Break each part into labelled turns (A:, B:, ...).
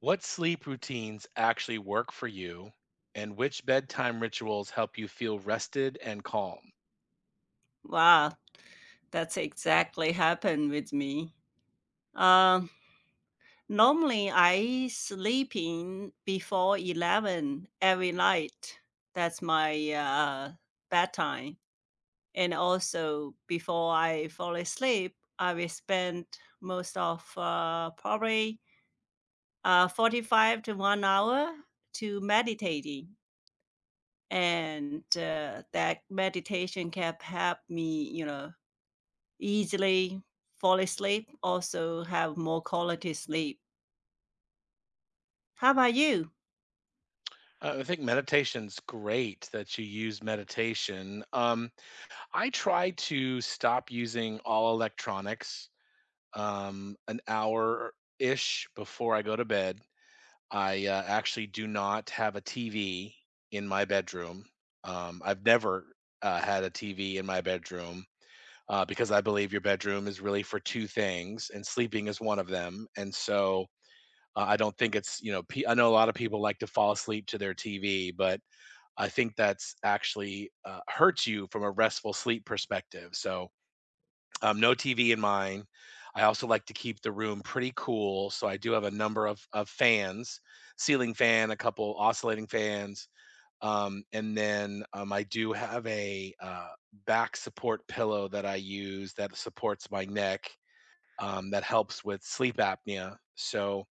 A: What sleep routines actually work for you, and which bedtime rituals help you feel rested and calm?
B: Wow, that's exactly happened with me. Um, Normally I sleep in before 11 every night. That's my bedtime. And also before I fall asleep, I will spend most of probably 45 to 1 hour to meditating. And that meditation can help me, you know, easily fall asleep, also have more quality sleep. How about you?
A: I think meditation's great that you use meditation. I try to stop using all electronics an hour ish before I go to bed. I actually do not have a TV in my bedroom. I've never had a TV in my bedroom because I believe your bedroom is really for two things, and sleeping is one of them. And so I don't think it's, you know, I know a lot of people like to fall asleep to their TV, but I think that's actually hurts you from a restful sleep perspective. So no TV in mine. I also like to keep the room pretty cool. So I do have a number of fans, ceiling fan, a couple oscillating fans, and then I do have a back support pillow that I use that supports my neck that helps with sleep apnea. So,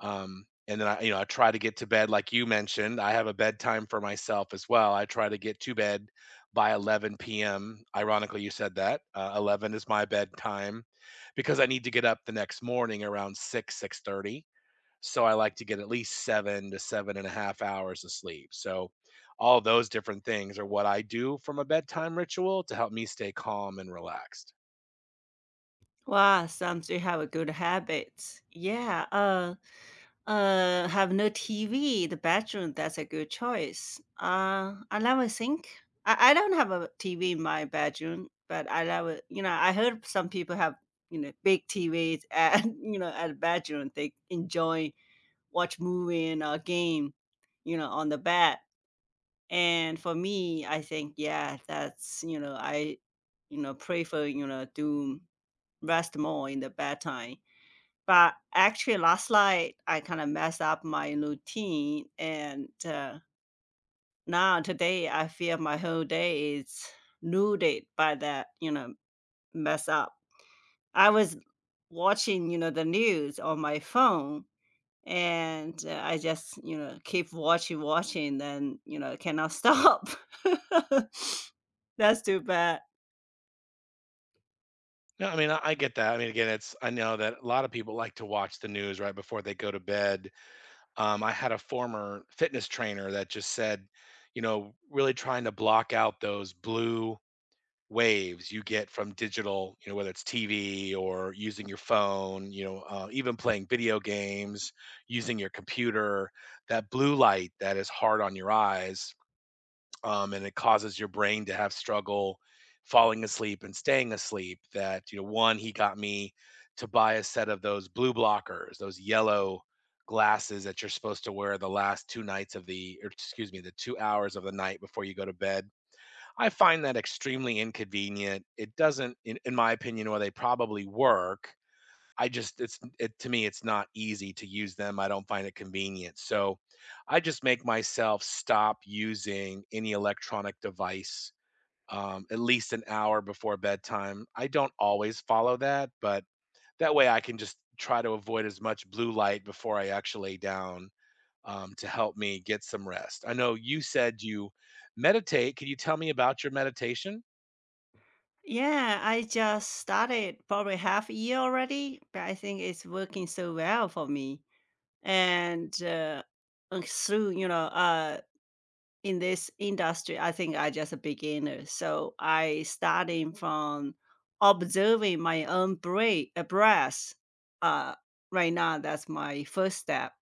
A: um, and then I, you know, I try to get to bed like you mentioned. I have a bedtime for myself as well. I try to get to bed by 11 p.m. Ironically, you said that 11 is my bedtime because I need to get up the next morning around 6 6:30. So I like to get at least seven to seven and a half hours of sleep. So all those different things are what I do from a bedtime ritual to help me stay calm and relaxed.
B: Wow, sounds like you have a good habit. Yeah, have no TV in the bedroom. That's a good choice. I never think. I don't have a TV in my bedroom, but I never, you know, I heard some people have, you know, big TVs at, you know, at bedroom. They enjoy watch movie and a game, you know, on the bed. And for me, I think, yeah, that's, you know, I, you know, pray for, you know, do rest more in the bedtime. But actually, last night, I kind of messed up my routine. And now today, I feel my whole day is nuded by that, you know, mess up. I was watching, you know, the news on my phone and I just, you know, keep watching, watching, then, you know, cannot stop. That's too bad.
A: No, I mean, I get that. I mean, again, it's, I know that a lot of people like to watch the news right before they go to bed. I had a former fitness trainer that just said, you know, really trying to block out those blue waves you get from digital, you know, whether it's TV or using your phone, you know, even playing video games, using your computer, that blue light that is hard on your eyes, and it causes your brain to have struggle falling asleep and staying asleep. That, you know, one, he got me to buy a set of those blue blockers, those yellow glasses that you're supposed to wear the last two nights of the, or excuse me, the 2 hours of the night before you go to bed. I find that extremely inconvenient. It doesn't, in my opinion, or they probably work. I just, it's, it, to me, it's not easy to use them. I don't find it convenient. So I just make myself stop using any electronic device at least an hour before bedtime. I don't always follow that, but that way I can just try to avoid as much blue light before I actually lay down to help me get some rest. I know you said you meditate. Can you tell me about your meditation?
B: Yeah, I just started probably half a year already, but I think it's working so well for me. And through, you know, in this industry, I think I just a beginner. So I starting from observing my own breath. Uh, right now, that's my first step.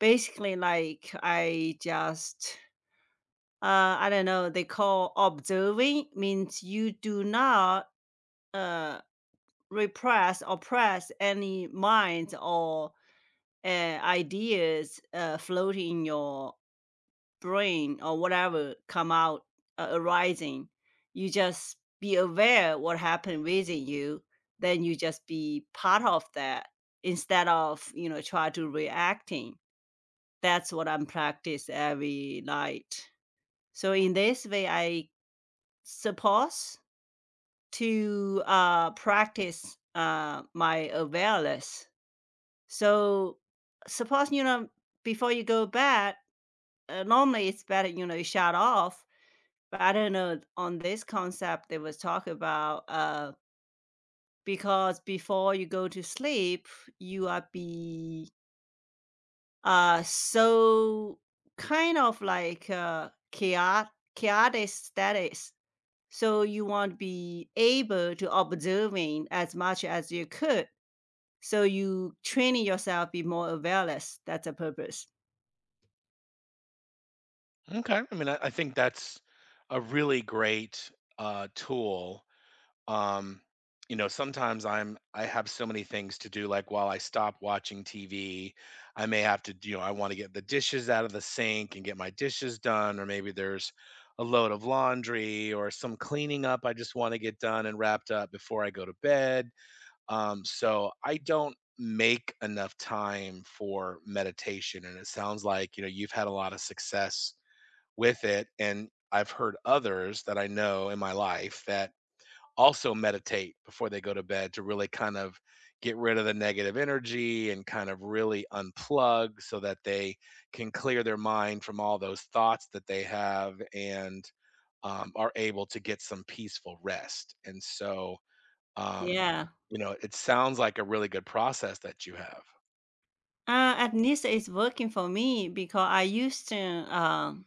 B: Basically, like, I just, I don't know, they call observing means you do not, uh, repress, oppress any minds or, uh, ideas, floating in your brain or whatever come out, arising. You just be aware what happened within you, then you just be part of that instead of, you know, try to reacting. That's what I'm practice every night. So in this way, I suppose to practice my awareness. So suppose you know before you go bed, normally it's better you know you shut off. But I don't know on this concept they was talk about because before you go to sleep, you are be so kind of like chaotic status, so you want to be able to observing as much as you could, so you training yourself be more awareness. That's the purpose.
A: Okay. I mean, I think that's a really great tool. Um, you know, sometimes I have so many things to do. Like while I stop watching TV, I may have to, you know, I want to get the dishes out of the sink and get my dishes done, or maybe there's a load of laundry or some cleaning up I just want to get done and wrapped up before I go to bed. So I don't make enough time for meditation, and it sounds like you know you've had a lot of success with it, and I've heard others that I know in my life that also meditate before they go to bed to really kind of get rid of the negative energy and kind of really unplug so that they can clear their mind from all those thoughts that they have and are able to get some peaceful rest. And so, um,
B: Yeah,
A: you know, it sounds like a really good process that you have.
B: at least it's working for me, because I used to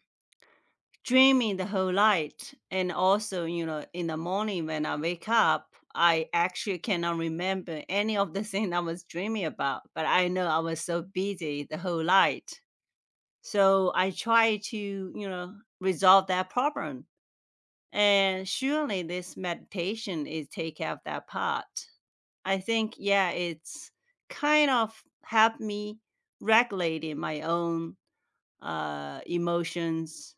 B: dreaming the whole night, and also, you know, in the morning when I wake up, I actually cannot remember any of the thing I was dreaming about, but I know I was so busy the whole night. So I try to, you know, resolve that problem, and surely this meditation is take care of that part. I think, yeah, it's kind of helped me regulating my own emotions,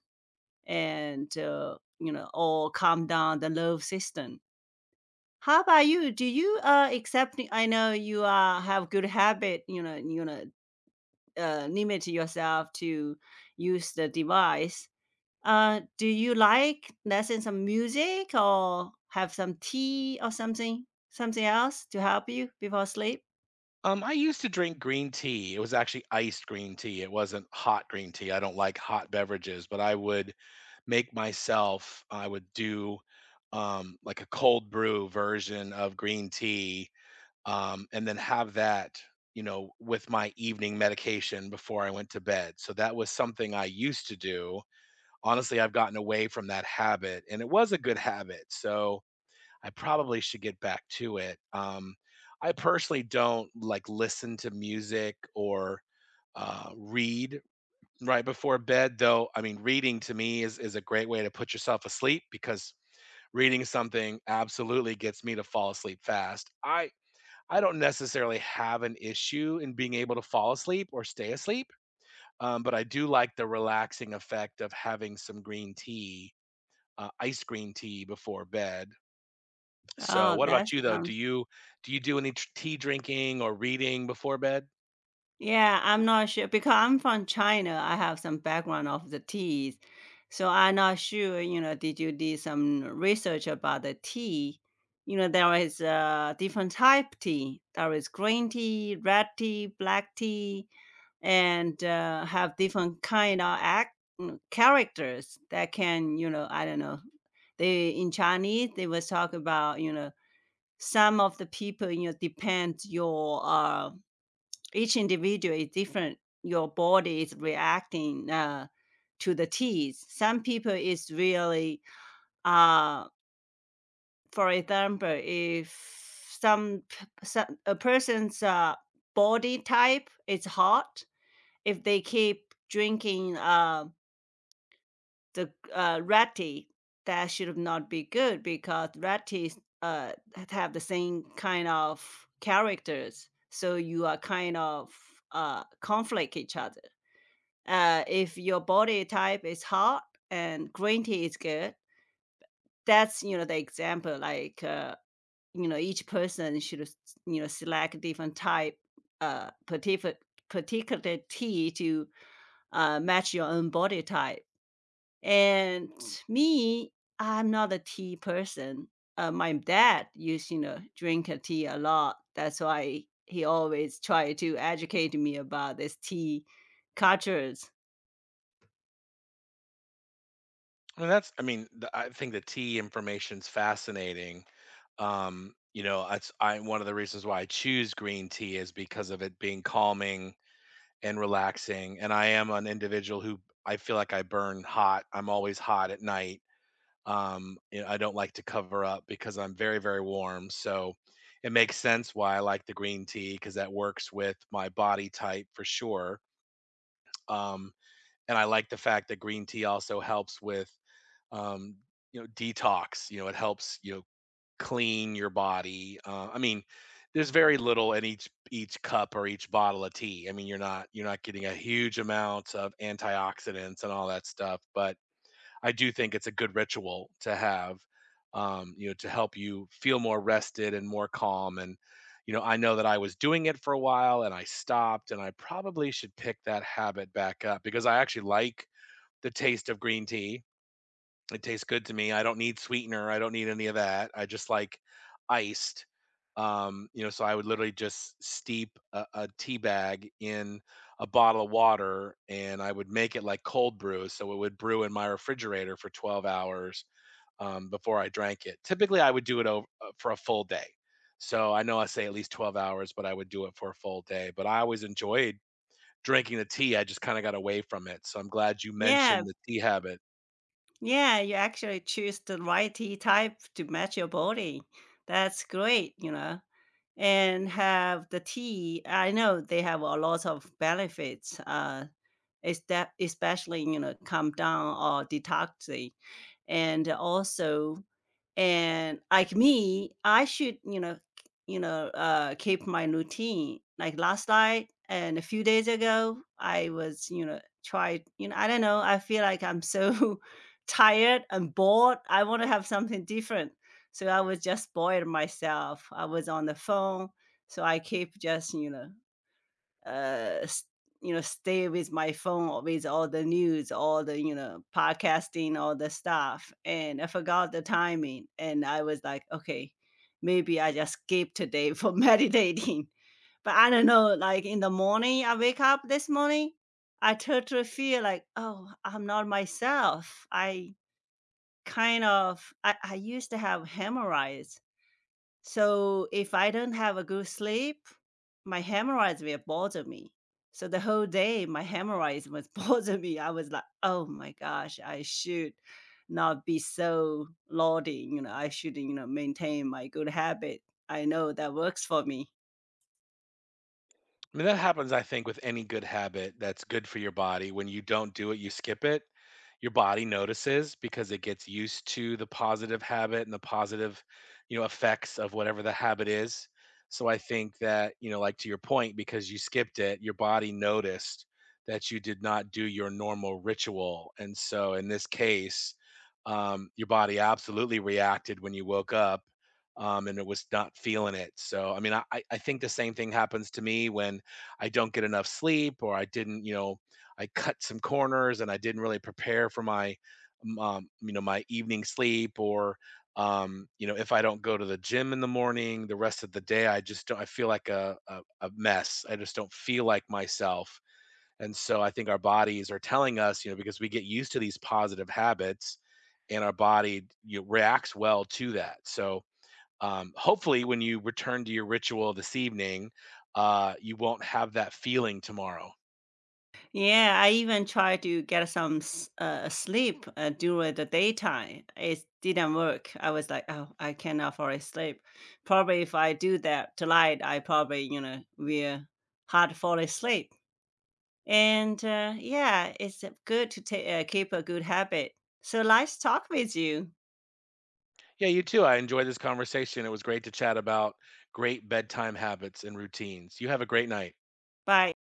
B: and you know, or calm down the nerve system. How about you? Do you accept, I know you have good habit, you know, limit yourself to use the device. Do you like listen some music or have some tea or something, something else to help you before sleep?
A: I used to drink green tea. It was actually iced green tea. It wasn't hot green tea. I don't like hot beverages, but I would make myself, I would do like a cold brew version of green tea and then have that, you know, with my evening medication before I went to bed. So that was something I used to do. Honestly, I've gotten away from that habit and it was a good habit. So, I probably should get back to it. I personally don't like listen to music or read right before bed, though. I mean, reading to me is a great way to put yourself asleep because reading something absolutely gets me to fall asleep fast. I don't necessarily have an issue in being able to fall asleep or stay asleep, but I do like the relaxing effect of having some green tea, ice green tea before bed. So,
B: Oh,
A: what
B: that
A: about you though? Do
B: sounds.
A: you do you do any tea drinking or reading before bed?
B: Yeah, I'm not sure because I'm from China. I have some background of the teas. So I'm not sure, you know, did you do some research about the tea? You know, there is a different type tea. There is green tea, red tea, black tea, and have different kind of act, characters that can, you know, I don't know. They in Chinese they was talk about, you know, some of the people, you know, depend your each individual is different. Your body is reacting to the teas. Some people is really, uh, for example, if some a person's body type is hot, if they keep drinking the red tea, that should not be good because red teas have the same kind of characters. So you are kind of conflict each other. If your body type is hot and green tea is good, that's, you know, the example. Like you know, each person should you know select different type, uh, particular particular tea to match your own body type. And me, I'm not a tea person. My dad used you know drink a tea a lot. That's why he always tried to educate me about this tea cultures.
A: I mean, that's I mean, the, I think the tea information's fascinating. You know, that's I one of the reasons why I choose green tea is because of it being calming and relaxing. And I am an individual who I feel like I burn hot. I'm always hot at night. You know, I don't like to cover up because I'm very, very warm. So it makes sense why I like the green tea because that works with my body type for sure. Um, and I like the fact that green tea also helps with, um, you know, detox. You know, it helps you know clean your body. I mean, there's very little in each cup or each bottle of tea. I mean, you're not getting a huge amount of antioxidants and all that stuff, but I do think it's a good ritual to have, you know, to help you feel more rested and more calm. And, you know, I know that I was doing it for a while and I stopped, and I probably should pick that habit back up because I actually like the taste of green tea. It tastes good to me. I don't need sweetener. I don't need any of that. I just like iced. You know, so I would literally just steep a tea bag in a bottle of water and I would make it like cold brew. So it would brew in my refrigerator for 12 hours before I drank it. Typically, I would do it over, for a full day. So I know I say at least 12 hours, but I would do it for a full day. But I always enjoyed drinking the tea. I just kind of got away from it. So I'm glad you
B: Yeah,
A: mentioned the tea habit.
B: Yeah, you actually choose the right tea type to match your body. That's great, you know. And have the tea. I know they have a lot of benefits. Is that especially you know calm down or detox, and also, and like me, I should, you know, keep my routine. Like last night and a few days ago, I was, you know, tried, you know, I don't know. I feel like I'm so tired and bored. I want to have something different. So I was just bored myself. I was on the phone. So I keep just, you know, s you know, stay with my phone or with all the news, all the, you know, podcasting, all the stuff, and I forgot the timing, and I was like, "Okay, maybe I just skip today for meditating." But I don't know, like, in the morning, I wake up this morning, I totally feel like, "Oh, I'm not myself." I kind of I used to have hemorrhoids. So if I don't have a good sleep, my hemorrhoids will bother me. So the whole day, my hemorrhoids was bother me. I was like, oh my gosh, I should not be so lauding. You know, I should, you know, maintain my good habit. I know that works for me.
A: I mean, that happens, I think, with any good habit that's good for your body. When you don't do it, you skip it. Your body notices because it gets used to the positive habit and the positive, you know, effects of whatever the habit is. So I think that, you know, like to your point, because you skipped it, your body noticed that you did not do your normal ritual. And so in this case, your body absolutely reacted when you woke up and it was not feeling it. So, I mean, I think the same thing happens to me when I don't get enough sleep or I didn't, you know, I cut some corners and I didn't really prepare for my you know, my evening sleep or you know, if I don't go to the gym in the morning, the rest of the day I just don't I feel like a a mess. I just don't feel like myself. And so I think our bodies are telling us, you know, because we get used to these positive habits and our body you know, reacts well to that. So hopefully when you return to your ritual this evening you won't have that feeling tomorrow.
B: Yeah, I even tried to get some sleep during the daytime. It didn't work. I was like, oh, I cannot fall asleep. Probably if I do that tonight, I probably, you know, will hard fall asleep. And yeah, it's good to keep a good habit. So nice talk with you.
A: Yeah, you too. I enjoyed this conversation. It was great to chat about great bedtime habits and routines. You have a great night.
B: Bye.